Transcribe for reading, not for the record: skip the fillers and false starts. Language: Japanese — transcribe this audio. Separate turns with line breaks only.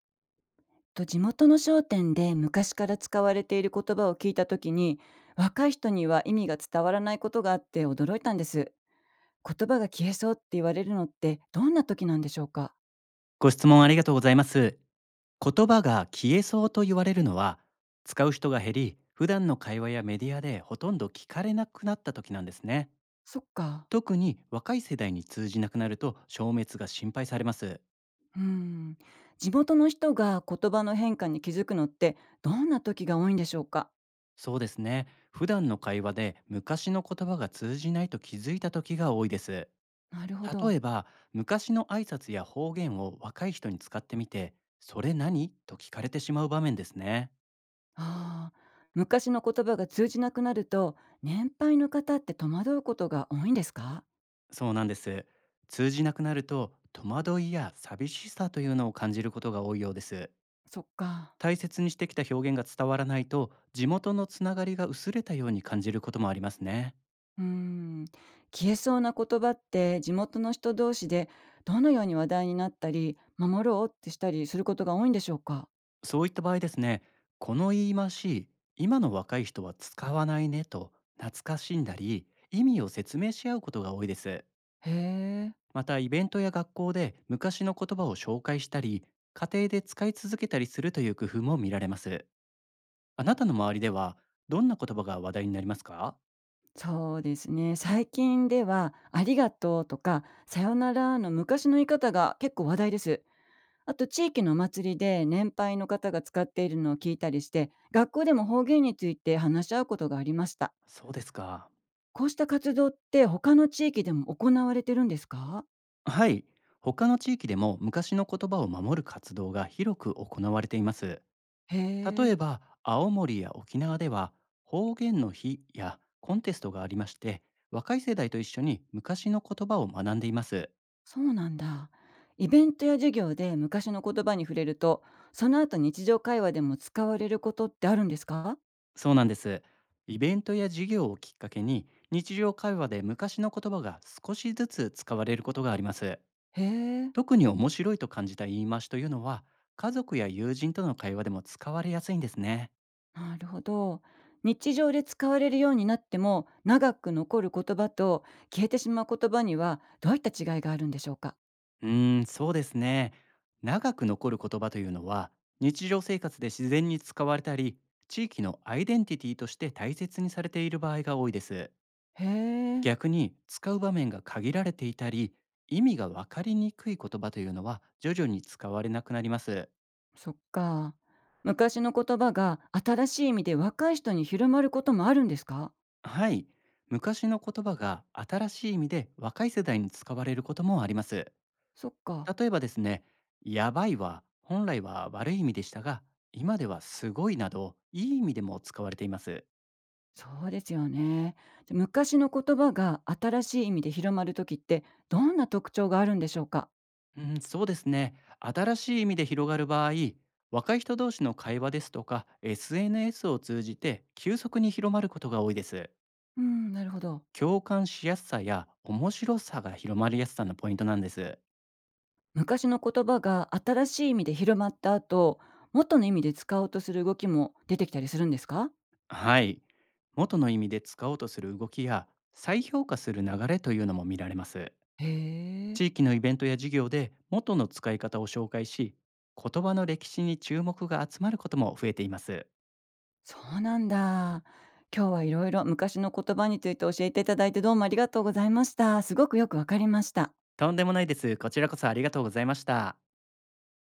と、地元の商店で昔から使われている言葉を聞いた時に、若い人には意味が伝わらないことがあって驚いたんです。言葉が消えそうって言われるのって、どんな時なんでしょうか？
ご質問ありがとうございます。言葉が消えそうと言われるのは、使う人が減り、普段の会話やメディアでほとんど聞かれなくなった時なんですね。
そっか。
特に若い世代に通じなくなると消滅が心配されます。
うん。地元の人が言葉の変化に気づくのって、どんな時が多いんでしょうか？
そうですね。普段の会話で昔の言葉が通じないと気づいた時が多いです。
なるほ
例
ど。
えば、昔の挨拶や方言を若い人に使ってみて、それ何と聞かれてしまう場面ですね。
ああ。昔の言葉が通じなくなると、年配の方って戸惑うことが多いんですか？
そうなんです。通じなくなると戸惑いや寂しさというのを感じることが多いようです。
そっか。
大切にしてきた表現が伝わらないと地元のつながりが薄れたように感じることもありますね。
うーん、消えそうな言葉って地元の人同士で、どのように話題になったり守ろうってしたりすることが多いんでしょうか？
そういった場合ですね、この言い回し、今の若い人は使わないねと懐かしんだり意味を説明し合うことが多いです。
へえ。
またイベントや学校で昔の言葉を紹介したり家庭で使い続けたりするという工夫も見られます。あなたの周りではどんな言葉が話題になりますか？
そうですね、最近では「ありがとう」とか「さよなら」の昔の言い方が結構話題です。あと、地域のお祭りで年配の方が使っているのを聞いたりして、学校でも方言について話し合うことがありました。
そうですか。
こうした活動って他の地域でも行われてるんですか？
はい。他の地域でも昔の言葉を守る活動が広く行われています。
へ
例
え。
えば、青森や沖縄では方言の日やコンテストがありまして、若い世代と一緒に昔の言葉を学んでいます。
そうなんだ。イベントや授業で昔の言葉に触れると、その後日常会話でも使われることってあるんですか？
そうなんです。イベントや授業をきっかけに日常会話で昔の言葉が少しずつ使われることがあります。
へえ、
特に面白いと感じた言い回しというのは、家族や友人との会話でも使われやすいんですね。
なるほど。日常で使われるようになっても、長く残る言葉と消えてしまう言葉にはどういった違いがあるんでしょうか？
うーん、そうですね。長く残る言葉というのは、日常生活で自然に使われたり、地域のアイデンティティとして大切にされている場合が多いです。
へえ、
逆に、使う場面が限られていたり、意味がわかりにくい言葉というのは、徐々に使われなくなります。
そっか。昔の言葉が新しい意味で若い人に広まることもあるんですか？
はい。昔の言葉が新しい意味で若い世代に使われることもあります。
そっか。
例えばですね、やばいは本来は悪い意味でしたが、今ではすごいなどいい意味でも使われています。
そうですよね。で、昔の言葉が新しい意味で広まる時って、どんな特徴があるんでしょうか？
うん、そうですね。新しい意味で広がる場合、若い人同士の会話ですとか SNS を通じて急速に広まることが多いです。
うん、なるほど。
共感しやすさや面白さが広まりやすさのポイントなんです。
昔の言葉が新しい意味で広まった後、元の意味で使おうとする動きも出てきたりするんですか？
はい。元の意味で使おうとする動きや再評価する流れというのも見られます。
へえ、
地域のイベントや授業で元の使い方を紹介し、言葉の歴史に注目が集まることも増えています。
そうなんだ。今日はいろいろ昔の言葉について教えていただいて、どうもありがとうございました。すごくよくわかりました。
とんでもないです。こちらこそありがとうございました。